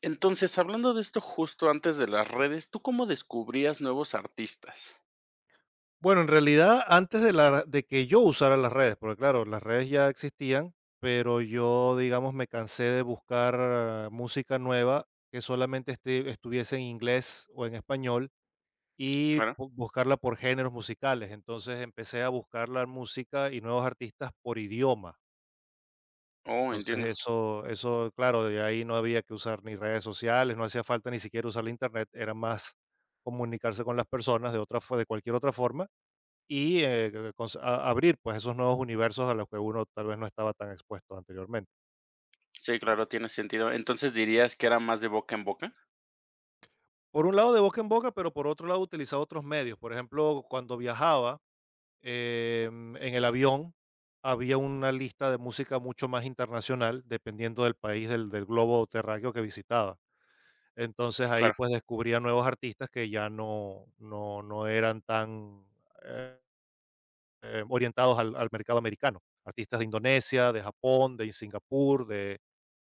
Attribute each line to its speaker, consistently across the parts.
Speaker 1: Entonces, hablando de esto justo antes de las redes, ¿tú cómo descubrías nuevos artistas?
Speaker 2: Bueno, en realidad, antes de que yo usara las redes, porque claro, las redes ya existían, pero yo, digamos, me cansé de buscar música nueva que solamente estuviese en inglés o en español y
Speaker 1: Claro.
Speaker 2: buscarla por géneros musicales. Entonces empecé a buscar la música y nuevos artistas por idioma.
Speaker 1: Oh,
Speaker 2: Entonces
Speaker 1: entiendo.
Speaker 2: eso, claro, de ahí no había que usar ni redes sociales, no hacía falta ni siquiera usar la internet, era más comunicarse con las personas de cualquier otra forma y abrir pues esos nuevos universos a los que uno tal vez no estaba tan expuesto anteriormente.
Speaker 1: Sí, claro, tiene sentido. Entonces, ¿dirías que era más de boca en boca?
Speaker 2: Por un lado de boca en boca, pero por otro lado utilizaba otros medios. Por ejemplo, cuando viajaba en el avión, había una lista de música mucho más internacional, dependiendo del país del globo terráqueo que visitaba. Entonces ahí
Speaker 1: Claro.
Speaker 2: pues descubría nuevos artistas que ya no eran tan... eh, orientados al mercado americano. Artistas de Indonesia, de Japón, de Singapur, de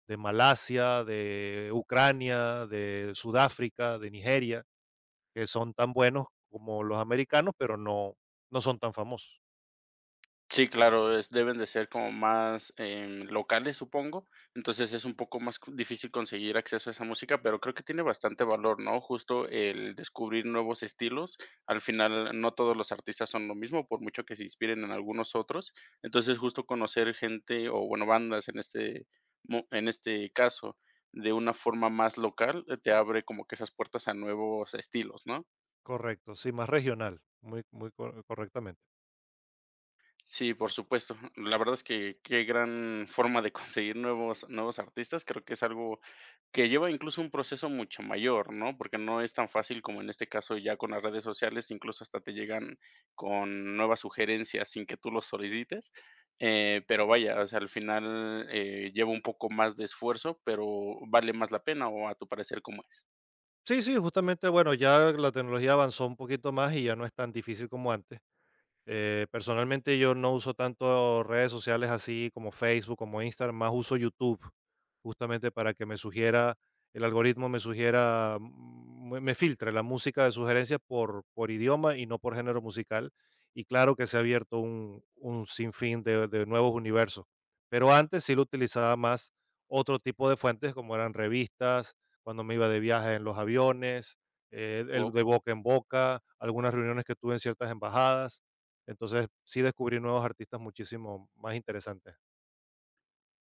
Speaker 2: de Malasia, de Ucrania, de Sudáfrica, de Nigeria, que son tan buenos como los americanos, pero no son tan famosos.
Speaker 1: Sí, claro, es deben de ser como más, locales, supongo. Entonces, es un poco más co difícil conseguir acceso a esa música, pero creo que tiene bastante valor, ¿no? Justo el descubrir nuevos estilos. Al final, no todos los artistas son lo mismo, por mucho que se inspiren en algunos otros. Entonces, justo conocer gente o, bueno, bandas en este mo en este caso, de una forma más local, te abre como que esas puertas a nuevos estilos, ¿no?
Speaker 2: Correcto, sí, más regional, muy muy correctamente.
Speaker 1: Sí, por supuesto. La verdad es que qué gran forma de conseguir nuevos artistas. Creo que es algo que lleva incluso un proceso mucho mayor, ¿no? Porque no es tan fácil como en este caso ya con las redes sociales, incluso hasta te llegan con nuevas sugerencias sin que tú los solicites. Pero vaya, o sea, al final, lleva un poco más de esfuerzo, pero vale más la pena, o a tu parecer, ¿cómo es?
Speaker 2: Sí, sí, justamente, bueno, ya la tecnología avanzó un poquito más y ya no es tan difícil como antes. Personalmente yo no uso tanto redes sociales así como Facebook, como Instagram, más uso YouTube, justamente para que me sugiera, el algoritmo me sugiera, me filtre la música de sugerencias por idioma y no por género musical. Y claro que se ha abierto un sinfín de nuevos universos. Pero antes sí lo utilizaba más otro tipo de fuentes, como eran revistas, cuando me iba de viaje en los aviones, el de boca en boca, algunas reuniones que tuve en ciertas embajadas. Entonces, sí descubrí nuevos artistas muchísimo más interesantes.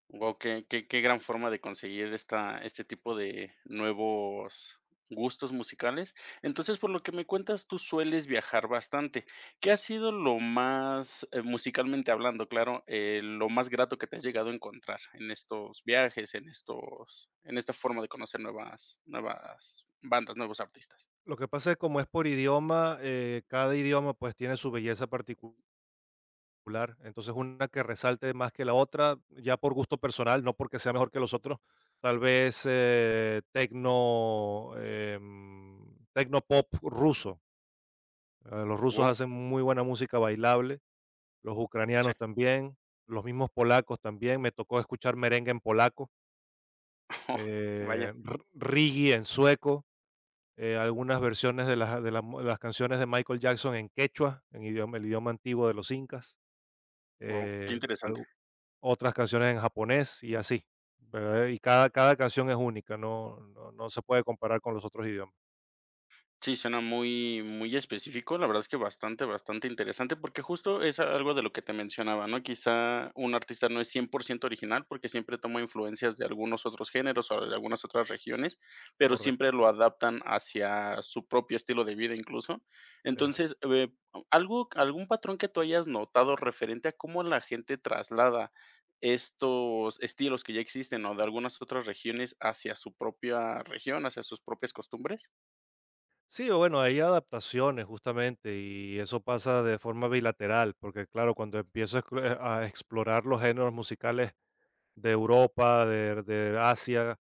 Speaker 1: Wow, qué gran forma de conseguir esta este tipo de nuevos gustos musicales. Entonces, por lo que me cuentas, tú sueles viajar bastante. ¿Qué ha sido lo más, musicalmente hablando, claro, lo más grato que te has llegado a encontrar en estos viajes, en esta forma de conocer nuevas bandas, nuevos artistas?
Speaker 2: Lo que pasa es como es por idioma, cada idioma pues tiene su belleza particular. Entonces, una que resalte más que la otra, ya por gusto personal, no porque sea mejor que los otros. Tal vez tecno pop ruso. Los rusos
Speaker 1: Wow,
Speaker 2: hacen muy buena música bailable, los
Speaker 1: sí.
Speaker 2: ucranianos también, los mismos polacos también. Me tocó escuchar merengue en polaco,
Speaker 1: Vaya,
Speaker 2: reggae en sueco, algunas versiones de las canciones de Michael Jackson en quechua, en idioma, el idioma antiguo de los incas,
Speaker 1: wow, qué
Speaker 2: eh,
Speaker 1: interesante.
Speaker 2: algu- otras canciones en japonés y así, ¿verdad? Y cada canción es única, no se puede comparar con los otros idiomas.
Speaker 1: Sí, suena muy, muy específico. La verdad es que bastante, bastante interesante, porque justo es algo de lo que te mencionaba, ¿no? Quizá un artista no es 100% original, porque siempre toma influencias de algunos otros géneros o de algunas otras regiones, pero
Speaker 2: Correcto.
Speaker 1: siempre lo adaptan hacia su propio estilo de vida incluso.
Speaker 2: Es así.
Speaker 1: Entonces, ¿algo, algún patrón que tú hayas notado referente a cómo la gente traslada estos estilos que ya existen o de algunas otras regiones hacia su propia región, hacia sus propias costumbres?
Speaker 2: Sí, o bueno, hay adaptaciones justamente y eso pasa de forma bilateral, porque claro, cuando empiezo a explorar los géneros musicales de Europa, de Asia,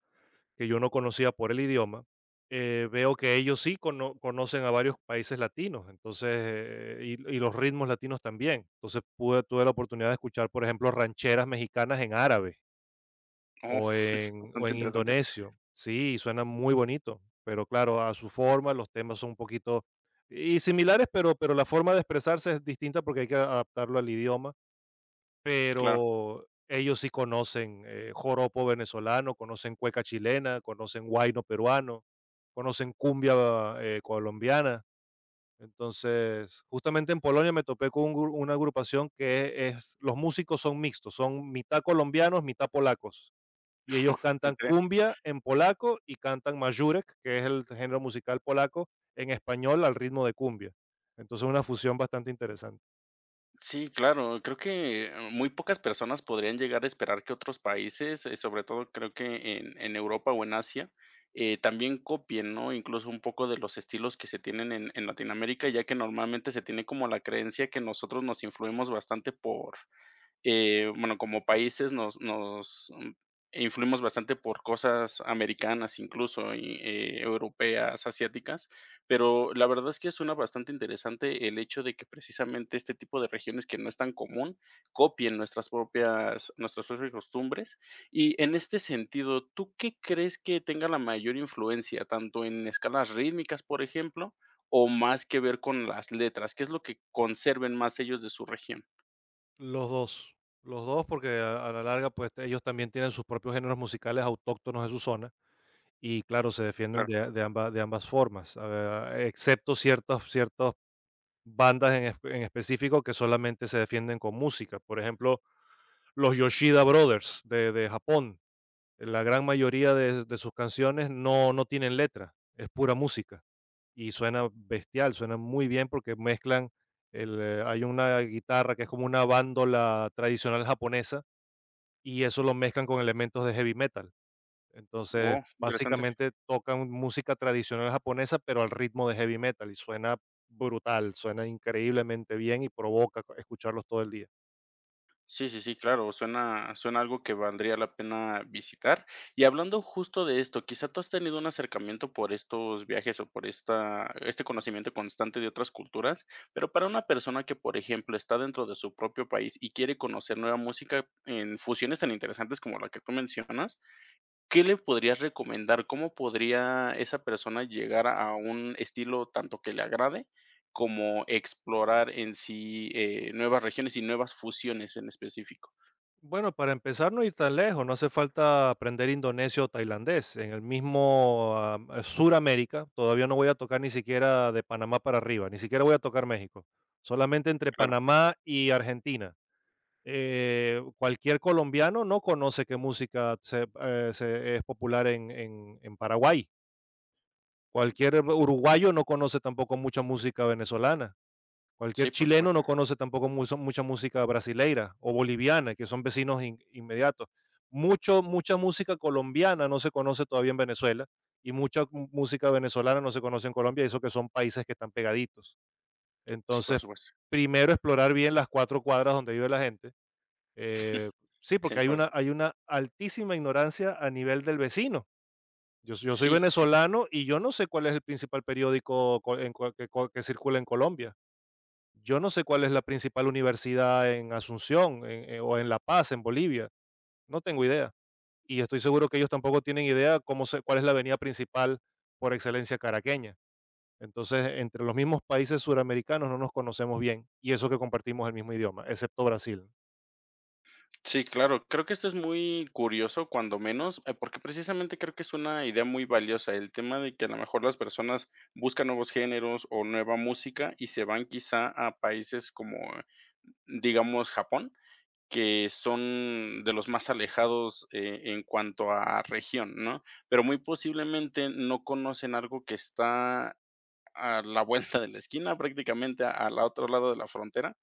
Speaker 2: que yo no conocía por el idioma. Veo que ellos sí conocen a varios países latinos. Entonces, y los ritmos latinos también. Entonces pude, tuve la oportunidad de escuchar, por ejemplo, rancheras mexicanas en árabe
Speaker 1: Oh,
Speaker 2: o en, o
Speaker 1: bastante
Speaker 2: en
Speaker 1: interesante,
Speaker 2: indonesio. Sí, suena muy bonito, pero claro, a su forma los temas son un poquito y similares, pero la forma de expresarse es distinta porque hay que adaptarlo al idioma,
Speaker 1: claro,
Speaker 2: pero ellos sí conocen, joropo venezolano, conocen cueca chilena, conocen guayno peruano, conocen cumbia, colombiana. Entonces, justamente en Polonia me topé con un gru una agrupación que es los músicos son mixtos, son mitad colombianos, mitad polacos, y ellos
Speaker 1: ¿en
Speaker 2: cantan
Speaker 1: serio?
Speaker 2: cumbia en polaco y cantan majurek, que es el género musical polaco, en español al ritmo de cumbia. Entonces, una fusión bastante interesante.
Speaker 1: Sí, claro, creo que muy pocas personas podrían llegar a esperar que otros países, sobre todo creo que en Europa o en Asia, también copien, ¿no? Incluso un poco de los estilos que se tienen en Latinoamérica, ya que normalmente se tiene como la creencia que nosotros nos influimos bastante por bueno, como países nos, influimos bastante por cosas americanas, incluso y, europeas, asiáticas, pero la verdad es que suena bastante interesante el hecho de que precisamente este tipo de regiones que no es tan común copien nuestras propias costumbres. Y en este sentido, ¿tú qué crees que tenga la mayor influencia, tanto en escalas rítmicas, por ejemplo, o más que ver con las letras? ¿Qué es lo que conserven más ellos de su región?
Speaker 2: Los 2, los 2 porque a la larga, pues, ellos también tienen sus propios géneros musicales autóctonos de su zona y, claro, se defienden de ambas formas, excepto ciertas bandas en específico que solamente se defienden con música. Por ejemplo, los Yoshida Brothers de Japón. La gran mayoría de sus canciones no tienen letra, es pura música y suena bestial, suena muy bien porque mezclan hay una guitarra que es como una bandola tradicional japonesa y eso lo mezclan con elementos de heavy metal. Entonces,
Speaker 1: Guau, interesante.
Speaker 2: básicamente tocan música tradicional japonesa, pero al ritmo de heavy metal y suena brutal, suena increíblemente bien y provoca escucharlos todo el día.
Speaker 1: Sí, sí, sí, claro, suena suena algo que valdría la pena visitar. Y hablando justo de esto, quizá tú has tenido un acercamiento por estos viajes o por esta este conocimiento constante de otras culturas, pero para una persona que, por ejemplo, está dentro de su propio país y quiere conocer nueva música en fusiones tan interesantes como la que tú mencionas, ¿qué le podrías recomendar? ¿Cómo podría esa persona llegar a un estilo tanto que le agrade, como explorar en sí, nuevas regiones y nuevas fusiones en específico?
Speaker 2: Bueno, para empezar no ir tan lejos, no hace falta aprender indonesio o tailandés. En el mismo Suramérica, todavía no voy a tocar ni siquiera de Panamá para arriba, ni siquiera voy a tocar México, solamente entre
Speaker 1: Claro.
Speaker 2: Panamá y Argentina. Cualquier colombiano no conoce qué música es popular en, en Paraguay. Cualquier uruguayo no conoce tampoco mucha música venezolana. Cualquier
Speaker 1: Sí, por
Speaker 2: chileno no
Speaker 1: supuesto.
Speaker 2: conoce tampoco mucha música brasileira o boliviana, que son vecinos inmediatos. Mucha música colombiana no se conoce todavía en Venezuela y mucha música venezolana no se conoce en Colombia, y eso que son países que están pegaditos.
Speaker 1: Sí, por
Speaker 2: Entonces,
Speaker 1: supuesto.
Speaker 2: primero explorar bien las cuatro cuadras donde vive la gente. eh, sí, porque
Speaker 1: Sí,
Speaker 2: hay
Speaker 1: por
Speaker 2: una,
Speaker 1: supuesto.
Speaker 2: hay una altísima ignorancia a nivel del vecino. Yo soy
Speaker 1: Sí, sí, sí.
Speaker 2: venezolano y yo no sé cuál es el principal periódico co- en co- que circula en Colombia. Yo no sé cuál es la principal universidad en Asunción, o en La Paz, en Bolivia. No tengo idea. Y estoy seguro que ellos tampoco tienen idea cómo cuál es la avenida principal por excelencia caraqueña. Entonces, entre los mismos países suramericanos no nos conocemos bien. Y eso que compartimos el mismo idioma, excepto Brasil.
Speaker 1: Sí, claro. Creo que esto es muy curioso, cuando menos, porque precisamente creo que es una idea muy valiosa, el tema de que a lo mejor las personas buscan nuevos géneros o nueva música y se van quizá a países como, digamos, Japón, que son de los más alejados, en cuanto a región, ¿no? Pero muy posiblemente no conocen algo que está a la vuelta de la esquina, prácticamente a al otro lado de la frontera,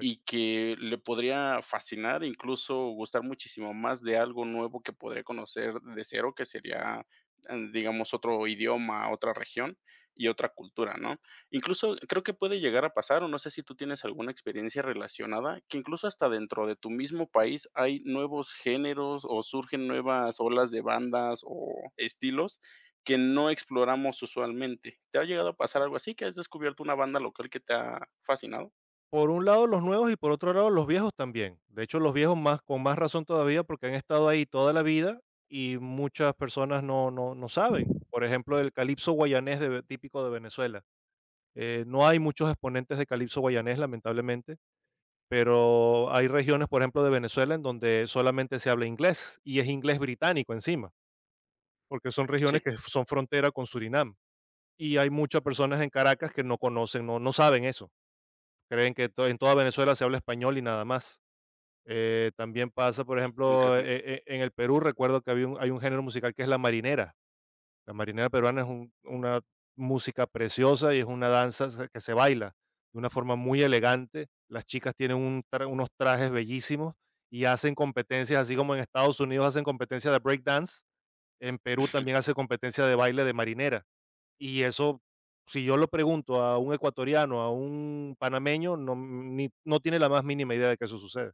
Speaker 1: y que le podría fascinar, incluso gustar muchísimo más de algo nuevo que podría conocer de cero, que sería, digamos, otro idioma, otra región y otra cultura, ¿no? Incluso creo que puede llegar a pasar, o no sé si tú tienes alguna experiencia relacionada, que incluso hasta dentro de tu mismo país hay nuevos géneros o surgen nuevas olas de bandas o estilos que no exploramos usualmente. ¿Te ha llegado a pasar algo así, que has descubierto una banda local que te ha fascinado?
Speaker 2: Por un lado los nuevos y por otro lado los viejos también. De hecho, los viejos más con más razón todavía porque han estado ahí toda la vida y muchas personas no saben. Por ejemplo, el calipso guayanés de típico de Venezuela. No hay muchos exponentes de calipso guayanés, lamentablemente, pero hay regiones, por ejemplo, de Venezuela en donde solamente se habla inglés y es inglés británico encima, porque son
Speaker 1: Sí,
Speaker 2: regiones que son frontera con Surinam. Y hay muchas personas en Caracas que no conocen, no saben eso. Creen que to en toda Venezuela se habla español y nada más. También pasa, por ejemplo,
Speaker 1: interesante.
Speaker 2: en el Perú recuerdo que había un hay un género musical que es la marinera. La marinera peruana es un una música preciosa y es una danza se que se baila de una forma muy elegante. Las chicas tienen un tra unos trajes bellísimos y hacen competencias, así como en Estados Unidos hacen competencia de break dance, en Perú también hace competencia de baile de marinera. Y eso, si yo lo pregunto a un ecuatoriano, a un panameño, no, mm, ni no tiene la más mínima idea de que eso sucede.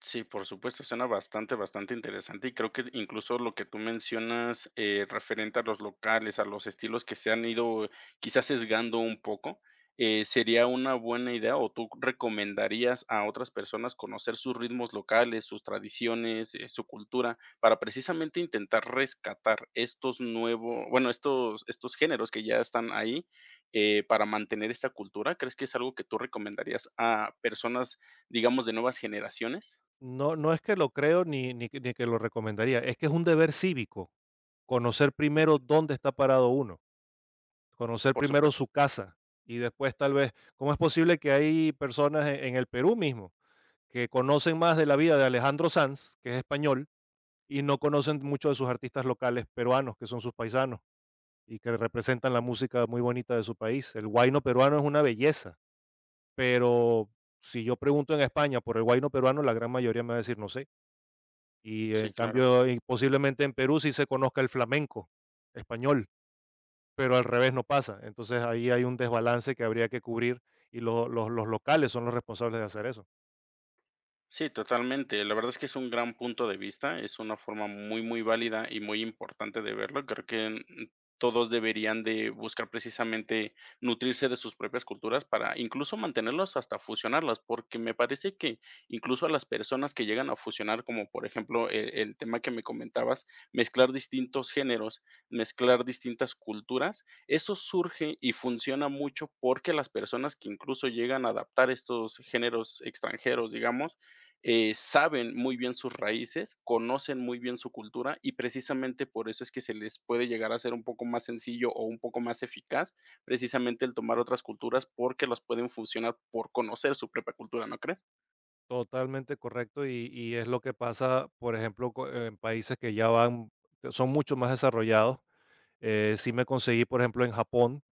Speaker 1: Sí, por supuesto, suena bastante, bastante interesante y creo que incluso lo que tú mencionas referente a los locales, a los estilos que se han ido quizás sesgando un poco, sería una buena idea o tú recomendarías a otras personas conocer sus ritmos locales, sus tradiciones, su cultura, para precisamente intentar rescatar estos nuevos, bueno, estos, estos géneros que ya están ahí para mantener esta cultura. ¿Crees que es algo que tú recomendarías a personas, digamos, de nuevas generaciones?
Speaker 2: No, no es que lo creo ni, ni, que ni que lo recomendaría, es que es un deber cívico conocer primero dónde está parado uno, conocer
Speaker 1: Por
Speaker 2: primero
Speaker 1: supuesto,
Speaker 2: su casa y después tal vez, ¿cómo es posible que hay personas en el Perú mismo que conocen más de la vida de Alejandro Sanz, que es español, y no conocen mucho de sus artistas locales peruanos, que son sus paisanos y que representan la música muy bonita de su país? El guayno peruano es una belleza, pero si yo pregunto en España por el guayno peruano, la gran mayoría me va a decir, no sé. Y
Speaker 1: sí,
Speaker 2: en
Speaker 1: claro.
Speaker 2: cambio, y posiblemente en Perú sí se conozca el flamenco español, pero al revés no pasa. Entonces ahí hay un desbalance que habría que cubrir y los locales son los responsables de hacer eso.
Speaker 1: Sí, totalmente. La verdad es que es un gran punto de vista, es una forma muy, muy válida y muy importante de verlo. Creo que todos deberían de buscar precisamente nutrirse de sus propias culturas para incluso mantenerlos hasta fusionarlas, porque me parece que incluso a las personas que llegan a fusionar, como por ejemplo el tema que me comentabas, mezclar distintos géneros, mezclar distintas culturas, eso surge y funciona mucho porque las personas que incluso llegan a adaptar estos géneros extranjeros, digamos, saben muy bien sus raíces, conocen muy bien su cultura y precisamente por eso es que se les puede llegar a ser un poco más sencillo o un poco más eficaz precisamente el tomar otras culturas porque las pueden fusionar por conocer su propia cultura, ¿no crees?
Speaker 2: Totalmente correcto y es lo que pasa, por ejemplo, en países que ya van, que son mucho más desarrollados. Sí me conseguí, por ejemplo, en Japón,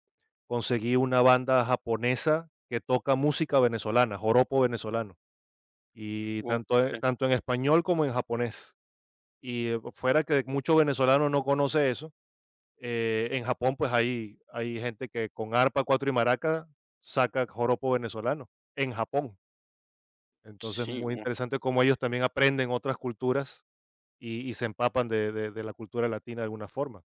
Speaker 2: conseguí una banda japonesa que toca música venezolana, joropo venezolano, y
Speaker 1: Guau,
Speaker 2: tanto, e-
Speaker 1: eh,
Speaker 2: tanto en español como en japonés. Y fuera que muchos venezolanos no conoce eso, en Japón, pues, hay gente que con arpa, cuatro y maraca saca joropo venezolano, en Japón. Entonces,
Speaker 1: sí,
Speaker 2: muy
Speaker 1: guau.
Speaker 2: interesante cómo ellos también aprenden otras culturas y se empapan de la cultura latina de alguna forma.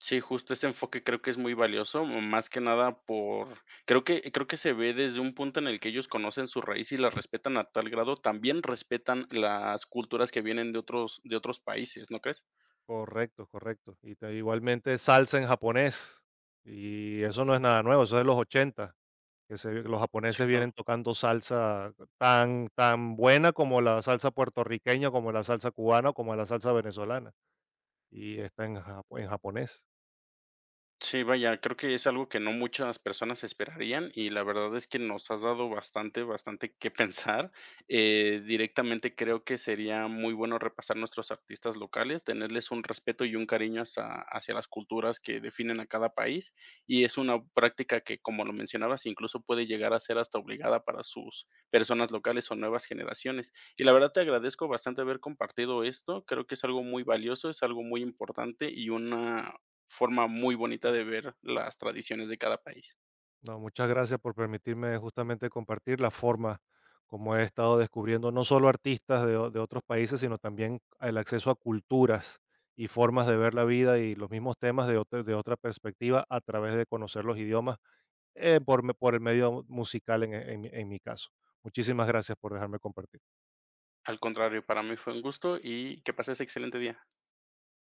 Speaker 1: Sí, justo ese enfoque creo que es muy valioso, más que nada por, creo que se ve desde un punto en el que ellos conocen su raíz y la respetan a tal grado, también respetan las culturas que vienen de otros países, ¿no crees?
Speaker 2: Correcto, correcto. Y te igualmente salsa en japonés, y eso no es nada nuevo, eso es de los 80, que se los
Speaker 1: Sí,
Speaker 2: japoneses
Speaker 1: claro.
Speaker 2: vienen tocando salsa tan tan buena como la salsa puertorriqueña, como la salsa cubana, como la salsa venezolana, y está en japonés.
Speaker 1: Sí, vaya, creo que es algo que no muchas personas esperarían y la verdad es que nos has dado bastante, bastante que pensar. Directamente creo que sería muy bueno repasar nuestros artistas locales, tenerles un respeto y un cariño hacia, hacia las culturas que definen a cada país y es una práctica que, como lo mencionabas, incluso puede llegar a ser hasta obligada para sus personas locales o nuevas generaciones. Y la verdad te agradezco bastante haber compartido esto, creo que es algo muy valioso, es algo muy importante y una forma muy bonita de ver las tradiciones de cada país.
Speaker 2: No, muchas gracias por permitirme justamente compartir la forma como he estado descubriendo no solo artistas de otros países, sino también el acceso a culturas y formas de ver la vida y los mismos temas de otra perspectiva a través de conocer los idiomas, por el medio musical en mi caso. Muchísimas gracias por dejarme compartir.
Speaker 1: Al contrario, para mí fue un gusto y que pases excelente día.